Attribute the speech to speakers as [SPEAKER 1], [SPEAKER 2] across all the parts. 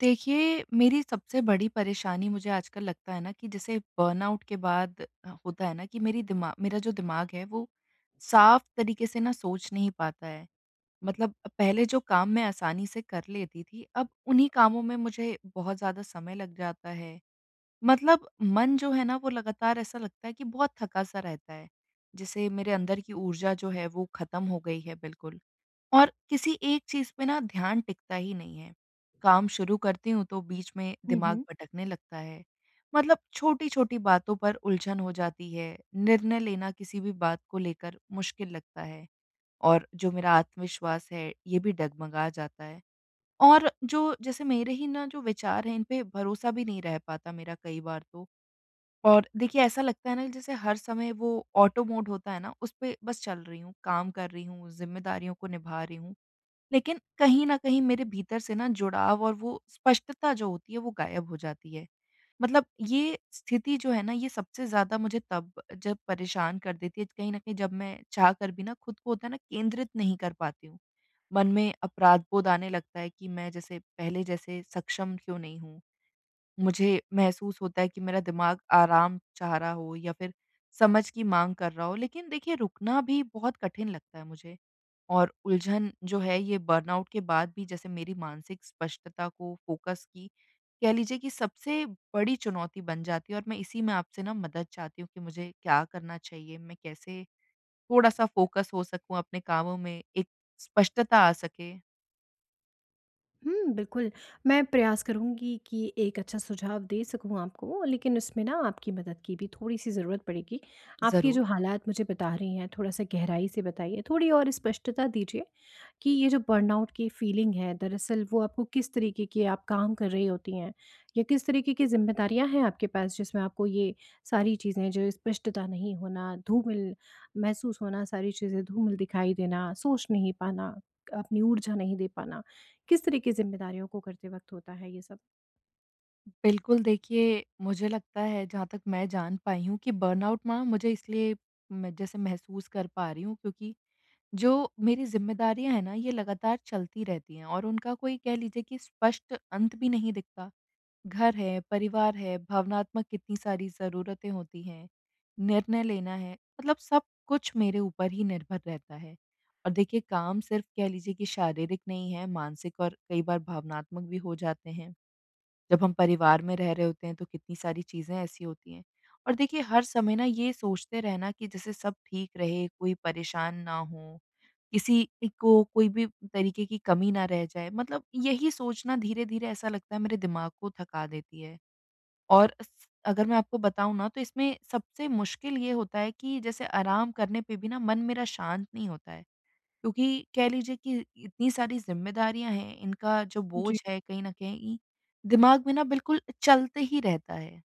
[SPEAKER 1] देखिए, मेरी सबसे बड़ी परेशानी मुझे आजकल लगता है ना कि जैसे बर्नआउट के बाद होता है ना कि मेरी दिमा मेरा जो दिमाग है वो साफ़ तरीके से ना सोच नहीं पाता है। मतलब पहले जो काम मैं आसानी से कर लेती थी, अब उन्हीं कामों में मुझे बहुत ज़्यादा समय लग जाता है। मतलब मन जो है ना वो लगातार ऐसा लगता है कि बहुत थका-सा रहता है। जैसे मेरे अंदर की ऊर्जा जो है वो ख़त्म हो गई है बिल्कुल। और किसी एक चीज़ पे ना ध्यान टिकता ही नहीं है। काम शुरू करती हूँ तो बीच में
[SPEAKER 2] हुँ,
[SPEAKER 1] दिमाग
[SPEAKER 2] हुँ।
[SPEAKER 1] भटकने लगता है। मतलब छोटी-छोटी बातों पर उलझन हो जाती है, निर्णय लेना किसी भी बात को लेकर मुश्किल लगता है और जो मेरा आत्मविश्वास है ये भी डगमगा जाता है। और जो जैसे मेरे ही ना जो विचार हैं इन पे भरोसा भी नहीं रह पाता मेरा कई बार तो। और देखिए ऐसा लगता है ना जैसे हर समय वो ऑटो मोड होता है ना उस पे बस चल रही हूँ, काम कर रही हूँ, ज़िम्मेदारियों को निभा रही हूँ, लेकिन कहीं न कहीं मेरे भीतर से ना जुड़ाव और वो स्पष्टता जो होती है वो गायब हो जाती है। मतलब ये स्थिति जो है ना ये सबसे ज़्यादा मुझे तब जब परेशान कर देती है कहीं न कहीं जब मैं चाह कर भी ना खुद को होता है ना केंद्रित नहीं कर पाती हूँ। मन में अपराध बोध आने लगता है कि मैं जैसे पहले जैसे सक्षम क्यों नहीं हूँ? मुझे महसूस होता है कि मेरा दिमाग आराम चाह रहा हो या फिर समझ की माँग कर रहा हो, लेकिन देखिए रुकना भी बहुत कठिन लगता है मुझे। और उलझन जो है ये बर्नआउट के बाद भी जैसे मेरी मानसिक स्पष्टता को फ़ोकस की कह लीजिए कि सबसे बड़ी चुनौती बन जाती है और मैं इसी में आपसे ना मदद चाहती हूँ कि मुझे क्या करना चाहिए? मैं कैसे थोड़ा-सा फ़ोकस हो सकूँ अपने कामों में, एक स्पष्टता आ सके?
[SPEAKER 2] हुँ, बिल्कुल, मैं प्रयास करूँगी कि एक अच्छा सुझाव दे सकूँ आपको, लेकिन उसमें ना आपकी मदद की भी थोड़ी-सी ज़रूरत पड़ेगी। आपके
[SPEAKER 1] ज़रूर।
[SPEAKER 2] जो हालात मुझे बता रही हैं, थोड़ा-सा गहराई से बताइए, थोड़ी और स्पष्टता दीजिए कि ये जो बर्नआउट की फीलिंग है, दरअसल वो आपको किस तरीके के आप काम कर रही होती हैं या किस तरीके की ज़िम्मेदारियाँ हैं आपके पास, जिसमें आपको ये सारी चीज़ें जो स्पष्टता नहीं होना, धूमिल महसूस होना, सारी चीज़ें धूमिल दिखाई देना, सोच नहीं पाना, अपनी ऊर्जा नहीं दे पाना। किस तरह की ज़िम्मेदारियों को करते वक़्त होता है ये सब?
[SPEAKER 1] बिल्कुल, देखिए मुझे लगता है जहाँ तक मैं जान पाई हूँ कि बर्नआउट ना मुझे इसलिए मैं जैसे महसूस कर पा रही हूँ क्योंकि जो मेरी ज़िम्मेदारियाँ हैं ना ये लगातार चलती रहती हैं और उनका कोई कह लीजिए कि स्पष्ट अंत भी नहीं दिखता। घर है, परिवार है, भावनात्मक कितनी सारी ज़रूरतें होती हैं, निर्णय लेना है, मतलब सब कुछ मेरे ऊपर ही निर्भर रहता है। और देखिए काम सिर्फ़ कह लीजिए कि शारीरिक नहीं है, मानसिक और कई बार भावनात्मक भी हो जाते हैं। जब हम परिवार में रह रहे होते हैं तो कितनी सारी चीज़ें ऐसी होती हैं। और देखिए हर समय ना ये सोचते रहना कि जैसे सब ठीक रहे, कोई परेशान ना हो, किसी एक को कोई भी तरीके की कमी ना रह जाए, मतलब यही सोचना धीरे-धीरे ऐसा लगता है मेरे दिमाग को थका देती है। और स अगर मैं आपको बताऊँ ना तो इसमें सबसे मुश्किल ये होता है कि जैसे आराम करने पे भी ना मन मेरा शांत नहीं होता है। क्योंकि कह लीजिए कि इतनी सारी ज़िम्मेदारियाँ हैं, इनका जो
[SPEAKER 2] जी।
[SPEAKER 1] बोझ है कहीं न कहीं दिमाग में ना बिल्कुल चलते ही रहता है।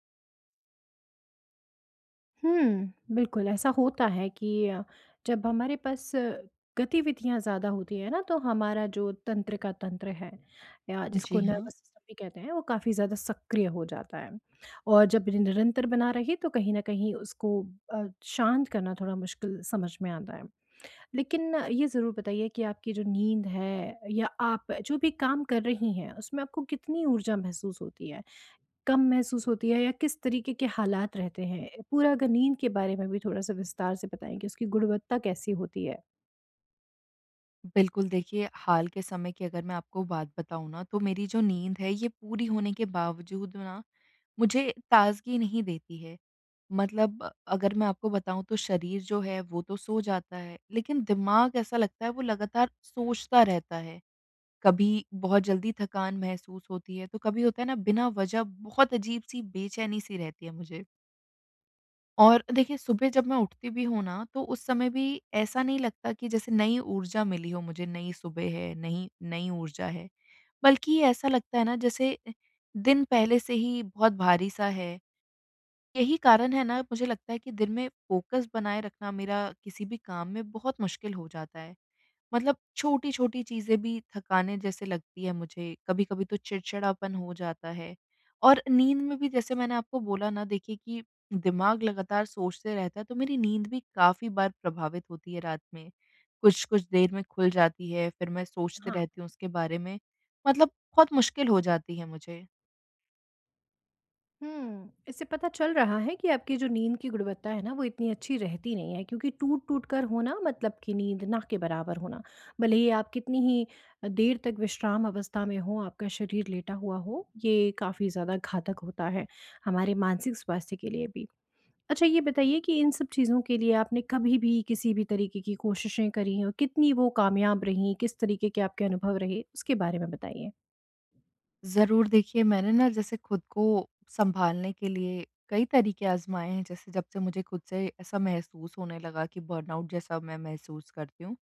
[SPEAKER 2] हुँ, बिल्कुल ऐसा होता है कि जब हमारे पास गतिविधियाँ ज़्यादा होती हैं ना, तो हमारा जो तंत्र है या जिसको
[SPEAKER 1] जी हाँ।
[SPEAKER 2] नर्वस सिस्टम भी कहते हैं, वो काफ़ी ज़्यादा सक्रिय हो जाता है। और जब ये निरंतर बना रहे तो कहीं न कहीं उसको शांत करना थोड़ा मुश्किल समझ में आता है। लेकिन ये ज़रूर बताइए कि आपकी जो नींद है या आप जो भी काम कर रही हैं, उसमें आपको कितनी ऊर्जा महसूस होती है? कम महसूस होती है या किस तरीके के हालात रहते हैं? पूरा अगर नींद के बारे में भी थोड़ा-सा विस्तार से बताएँ कि उसकी गुणवत्ता कैसी होती है?
[SPEAKER 1] बिल्कुल, देखिए हाल के समय की अगर मैं आपको बात बताऊँ ना तो मेरी जो नींद है ये पूरी होने के बावजूद ना मुझे ताज़गी नहीं देती है। मतलब अगर मैं आपको बताऊँ तो शरीर जो है वो तो सो जाता है, लेकिन दिमाग ऐसा लगता है वो लगातार सोचता रहता है। कभी बहुत जल्दी थकान महसूस होती है, तो कभी होता है ना बिना वजह बहुत अजीब-सी बेचैनी-सी रहती है मुझे। और देखिए सुबह जब मैं उठती भी हूँ ना, तो उस समय भी ऐसा नहीं लगता कि जैसे नई ऊर्जा मिली हो मुझे, नई सुबह है, नई नई ऊर्जा है। बल्कि ये ऐसा लगता है ना जैसे दिन पहले से ही बहुत भारी-सा है। यही कारण है ना मुझे लगता है कि दिन में फ़ोकस बनाए रखना मेरा किसी भी काम में बहुत मुश्किल हो जाता है। मतलब छोटी-छोटी चीज़ें भी थकाने जैसे लगती है मुझे, कभी-कभी तो चिड़चिड़ापन हो जाता है। और नींद में भी जैसे मैंने आपको बोला ना देखिए कि दिमाग लगातार सोचते रहता है, तो मेरी नींद भी काफ़ी बार प्रभावित होती है रात में। कुछ-कुछ देर में खुल जाती है, फिर मैं सोचते
[SPEAKER 2] हाँ,
[SPEAKER 1] रहती हूँ उसके बारे में। मतलब बहुत मुश्किल हो जाती है मुझे।
[SPEAKER 2] हुँ, इससे पता चल रहा है कि आपकी जो नींद की गुणवत्ता है ना, वो इतनी अच्छी रहती नहीं है क्योंकि टूट-टूट कर होना मतलब कि नींद ना के बराबर होना। भले ही आप कितनी ही देर तक विश्राम अवस्था में हों, आपका शरीर लेटा हुआ हो, ये काफ़ी ज़्यादा घातक होता है, हमारे मानसिक स्वास्थ्य के लिए भी। अच्छा ये बताइए कि इन सब चीज़ों के लिए आपने कभी भी किसी भी तरीके की कोशिशें करी हैं और कितनी वो कामयाब रहीं, किस तरीके के आपके अनुभव रहे, उसके बारे में बताइए?
[SPEAKER 1] ज़रूर, देखिए मैंने ना जैसे खुद को सँभालने के लिए कई तरीके आज़माए हैं। जैसे जब से मुझे खुद से ऐसा महसूस होने लगा कि बर्नआउट जैसा मैं महसूस करती हूँ,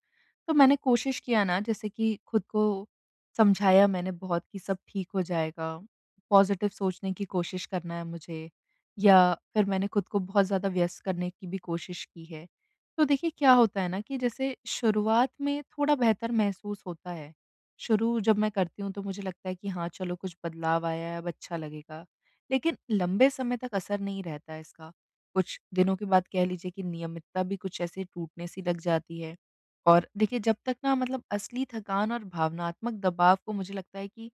[SPEAKER 1] तो मैंने कोशिश किया ना जैसे कि खुद को समझाया मैंने बहुत कि सब ठीक हो जाएगा, पॉज़िटिव सोचने की कोशिश करना है मुझे या फिर मैंने खुद को बहुत ज़्यादा व्यस्त करने की भी कोशिश की है। तो देखिए क्या होता है ना कि जैसे शुरुआत में थोड़ा बेहतर महसूस होता है। शुरू जब मैं करती हूँ तो मुझे लगता है कि हाँ, चलो कुछ बदलाव आया है, अब अच्छा लगेगा। लेकिन लंबे समय तक असर नहीं रहता है इसका। कुछ दिनों के बाद कह लीजिए कि नियमितता भी कुछ ऐसे टूटने सी लग जाती है। और देखिए जब तक ना मतलब असली थकान और भावनात्मक दबाव को मुझे लगता है कि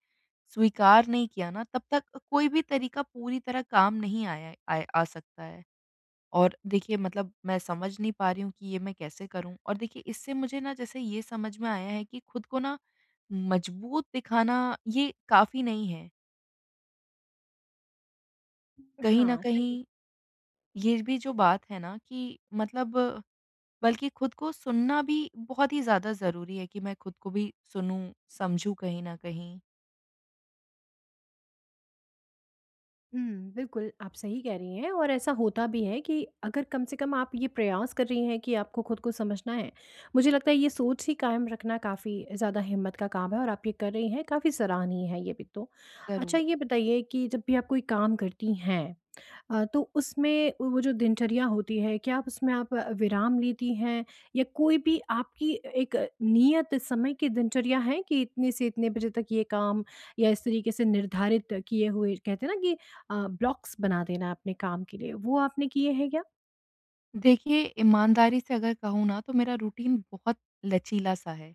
[SPEAKER 1] स्वीकार नहीं किया ना तब तक कोई भी तरीका पूरी तरह काम नहीं आ सकता है। और देखिए मतलब मैं समझ नहीं पा रही हूँ कि ये मैं कैसे करूँ? और देखिए इससे मुझे ना जैसे ये समझ में आया है कि खुद को ना मजबूत दिखाना ये काफ़ी नहीं है। कहीं न
[SPEAKER 2] हाँ, सही
[SPEAKER 1] कहीं ये भी जो बात है ना कि मतलब बल्कि खुद को सुनना भी बहुत ही ज़्यादा ज़रूरी है कि मैं खुद को भी सुनूँ, समझूँ कहीं न कहीं।
[SPEAKER 2] हुँ, बिल्कुल, आप सही कह रही हैं और ऐसा होता भी है कि अगर कम से कम आप ये प्रयास कर रही हैं कि आपको खुद को समझना है, मुझे लगता है ये सोच ही कायम रखना काफ़ी ज़्यादा हिम्मत का काम है और आप ये कर रही हैं, काफ़ी सराहनीय है ये भी तो। अच्छा
[SPEAKER 1] ज़रूर।
[SPEAKER 2] ये बताइए कि जब भी आप कोई काम करती हैं तो उसमें वो जो दिनचर्या होती है, क्या आप उसमें विराम लेती हैं या कोई भी आपकी एक नियत समय की दिनचर्या है कि इतने से इतने बजे तक ये काम या इस तरीके से निर्धारित किए हुए कहते हैं ना कि ब्लॉक्स बना देना अपने काम के लिए, वो आपने किए हैं क्या?
[SPEAKER 1] देखिए, ईमानदारी से अगर कहूँ ना तो मेरा रूटीन बहुत लचीला-सा है।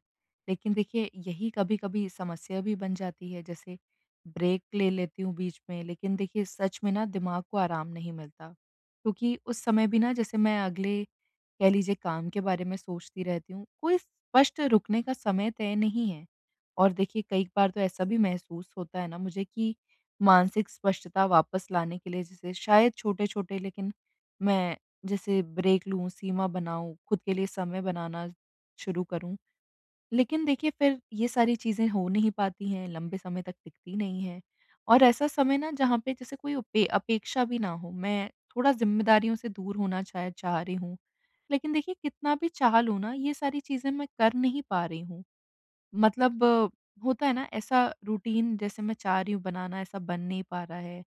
[SPEAKER 1] लेकिन देखिए यही कभी-कभी समस्या भी बन जाती है, जैसे ब्रेक ले लेती हूँ बीच में, लेकिन देखिए सच में ना दिमाग को आराम नहीं मिलता। क्योंकि उस समय भी ना जैसे मैं अगले कह लीजिए काम के बारे में सोचती रहती हूँ। कोई स्पष्ट रुकने का समय तय नहीं है। और देखिए कई बार तो ऐसा भी महसूस होता है ना मुझे कि मानसिक स्पष्टता वापस लाने के लिए जैसे शायद छोटे-छोटे लेकिन मैं जैसे ब्रेक लूँ, सीमा बनाऊँ, खुद के लिए समय बनाना शुरू करूँ। लेकिन देखिए फिर ये सारी चीज़ें हो नहीं पाती हैं, लंबे समय तक टिकती नहीं हैं और ऐसा समय ना जहाँ पे जैसे कोई उपे अपेक्षा भी ना हो। मैं थोड़ा ज़िम्मेदारियों से दूर होना शायद चाह रही हूँ। लेकिन देखिए कितना भी चाह लूँ ना, ये सारी चीज़ें मैं कर नहीं पा रही हूँ। मतलब होता है ना ऐसा रूटीन जैसे मैं चाह रही हूँ बनाना, ऐसा बन नहीं पा रहा है।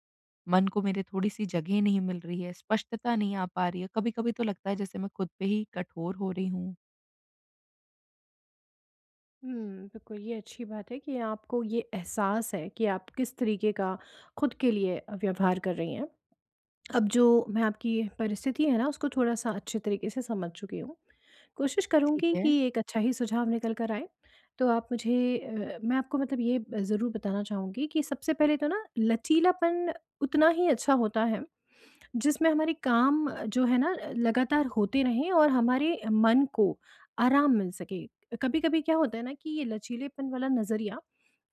[SPEAKER 1] मन को मेरे थोड़ी-सी जगह नहीं मिल रही है, स्पष्टता नहीं आ पा रही है। कभी-कभी तो लगता है जैसे मैं खुद पे ही कठोर हो रही हूँ।
[SPEAKER 2] हुँ, बिल्कुल ये अच्छी बात है कि आपको ये एहसास है कि आप किस तरीके का खुद के लिए व्यवहार कर रही हैं। अब जो मैं आपकी परिस्थिति है ना उसको थोड़ा-सा अच्छे तरीके से समझ चुकी हूँ। कोशिश
[SPEAKER 1] ठीक
[SPEAKER 2] करूँगी
[SPEAKER 1] है।
[SPEAKER 2] कि एक अच्छा ही सुझाव निकल कर आए। तो आप मुझे मैं आपको मतलब ये ज़रूर बताना चाहूँगी कि सबसे पहले तो ना लचीलापन उतना ही अच्छा होता है जिसमें हमारे काम जो है ना लगातार होते रहें और हमारे मन को आराम मिल सके। कभी-कभी क्या होता है ना कि ये लचीलेपन वाला नज़रिया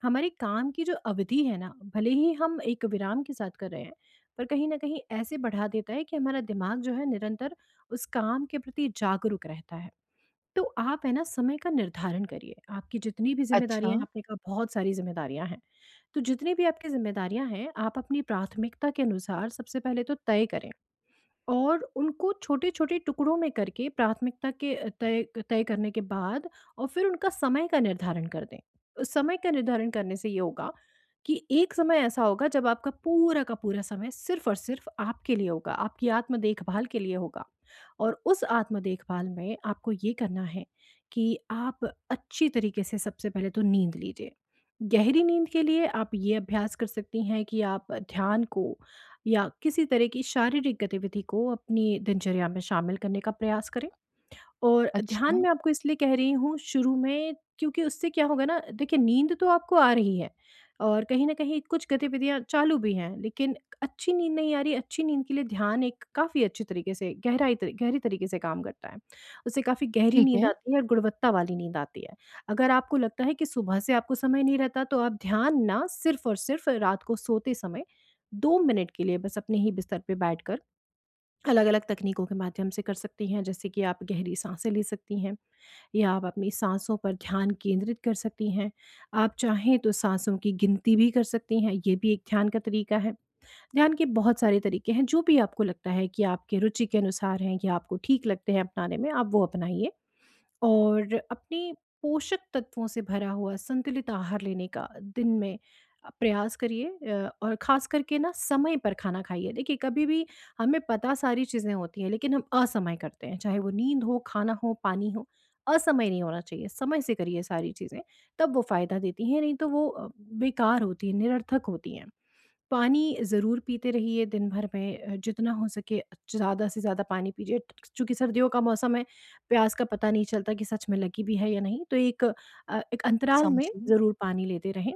[SPEAKER 2] हमारे काम की जो अवधि है ना, भले ही हम एक विराम के साथ कर रहे हैं, पर कहीं न कहीं ऐसे बढ़ा देता है कि हमारा दिमाग जो है निरंतर उस काम के प्रति जागरूक रहता है। तो आप है ना समय का निर्धारण करिए। आपकी जितनी भी ज़िम्मेदारियाँ
[SPEAKER 1] अच्छा,
[SPEAKER 2] हैं, आपने कहा बहुत सारी ज़िम्मेदारियाँ हैं। तो जितनी भी आपकी ज़िम्मेदारियाँ हैं, आप अपनी प्राथमिकता के अनुसार सबसे पहले तो तय करें। और उनको छोटे-छोटे टुकड़ों में करके प्राथमिकता के तय तय करने के बाद और फिर उनका समय का निर्धारण कर दें। उस समय का निर्धारण करने से ये होगा कि एक समय ऐसा होगा जब आपका पूरा का पूरा समय सिर्फ़ और सिर्फ़ आपके लिए होगा, आपकी आत्म देखभाल के लिए होगा। और उस आत्म देखभाल में आपको ये करना है कि आप अच्छी तरीके से सबसे पहले तो नींद लीजिए। गहरी नींद के लिए आप ये अभ्यास कर सकती हैं कि आप ध्यान को या किसी तरह की शारीरिक गतिविधि को अपनी दिनचर्या में शामिल करने का प्रयास करें? और
[SPEAKER 1] अच्छा,
[SPEAKER 2] ध्यान मैं आपको इसलिए कह रही हूँ शुरू में क्योंकि उससे क्या होगा ना देखिए नींद तो आपको आ रही है और कहीं न कहीं कुछ गतिविधियाँ चालू भी हैं, लेकिन अच्छी नींद नहीं आ रही, अच्छी नींद के लिए ध्यान एक काफ़ी अच्छी तरीके से गहराई तरी गहरी तरीके से काम करता है। उससे काफ़ी गहरी
[SPEAKER 1] ठीक
[SPEAKER 2] नींद
[SPEAKER 1] है,
[SPEAKER 2] आती है और गुणवत्ता वाली नींद आती है। अगर आपको लगता है कि सुबह से आपको समय नहीं रहता तो आप ध्यान ना सिर्फ़ और सिर्फ़ रात को सोते समय 2 मिनट के लिए बस अपने ही बिस्तर पे बैठकर अलग-अलग तकनीकों के माध्यम से कर सकती हैं, जैसे कि आप गहरी साँसें ले सकती हैं या आप अपनी साँसों पर ध्यान केंद्रित कर सकती हैं। आप चाहें तो साँसों की गिनती भी कर सकती हैं, ये भी एक ध्यान का तरीका है। ध्यान के बहुत सारे तरीके हैं, जो भी आपको लगता है कि आपके रुचि के अनुसार हैं या आपको ठीक लगते हैं अपनाने में, आप वो अपनाइए। और अपने पोषक तत्वों से भरा हुआ संतुलित आहार लेने का दिन में प्रयास करिए और ख़ास करके ना समय पर खाना खाइए। देखिए, कभी भी हमें पता सारी चीज़ें होती हैं, लेकिन हम असमय करते हैं, चाहे वो नींद हो, खाना हो, पानी हो, असमय नहीं होना चाहिए। समय से करिए सारी चीज़ें, तब वो फ़ायदा देती हैं, नहीं तो वो बेकार होती हैं, निरर्थक होती हैं। पानी ज़रूर पीते रहिए दिन भर में जितना हो सके ज़्यादा से ज़्यादा पानी पीजिए। चूँकि सर्दियों का मौसम है, प्यास का पता नहीं चलता कि सच में लगी भी है या नहीं, तो एक अंतराल में
[SPEAKER 1] समझी।
[SPEAKER 2] ज़रूर पानी लेते रहें।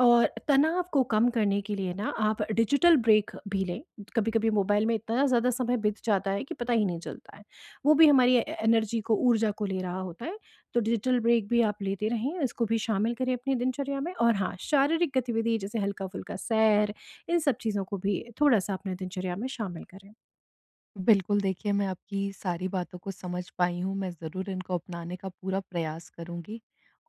[SPEAKER 2] और तनाव को कम करने के लिए ना आप डिजिटल ब्रेक भी लें। कभी-कभी मोबाइल में इतना ज़्यादा समय बीत जाता है कि पता ही नहीं चलता है। वो भी हमारी ए एनर्जी को, ऊर्जा को ले रहा होता है। तो डिजिटल ब्रेक भी आप लेते रहें, इसको भी शामिल करें अपनी दिनचर्या में। और हाँ, शारीरिक गतिविधि जैसे हल्का-फुल्का सैर इन सब चीज़ों को भी थोड़ा-सा अपने दिनचर्या में शामिल करें।
[SPEAKER 1] बिल्कुल, देखिए मैं आपकी सारी बातों को समझ पाई हूँ, मैं ज़रूर इनको अपनाने का पूरा प्रयास करूँगी।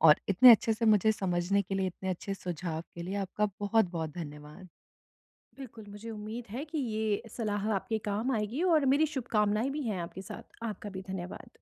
[SPEAKER 1] और इतने अच्छे से मुझे समझने के लिए, इतने अच्छे सुझाव के लिए आपका बहुत-बहुत धन्यवाद।
[SPEAKER 2] बिल्कुल, मुझे उम्मीद है कि ये सलाह आपके काम आएगी और मेरी शुभकामनाएँ भी हैं आपके साथ। आपका भी धन्यवाद।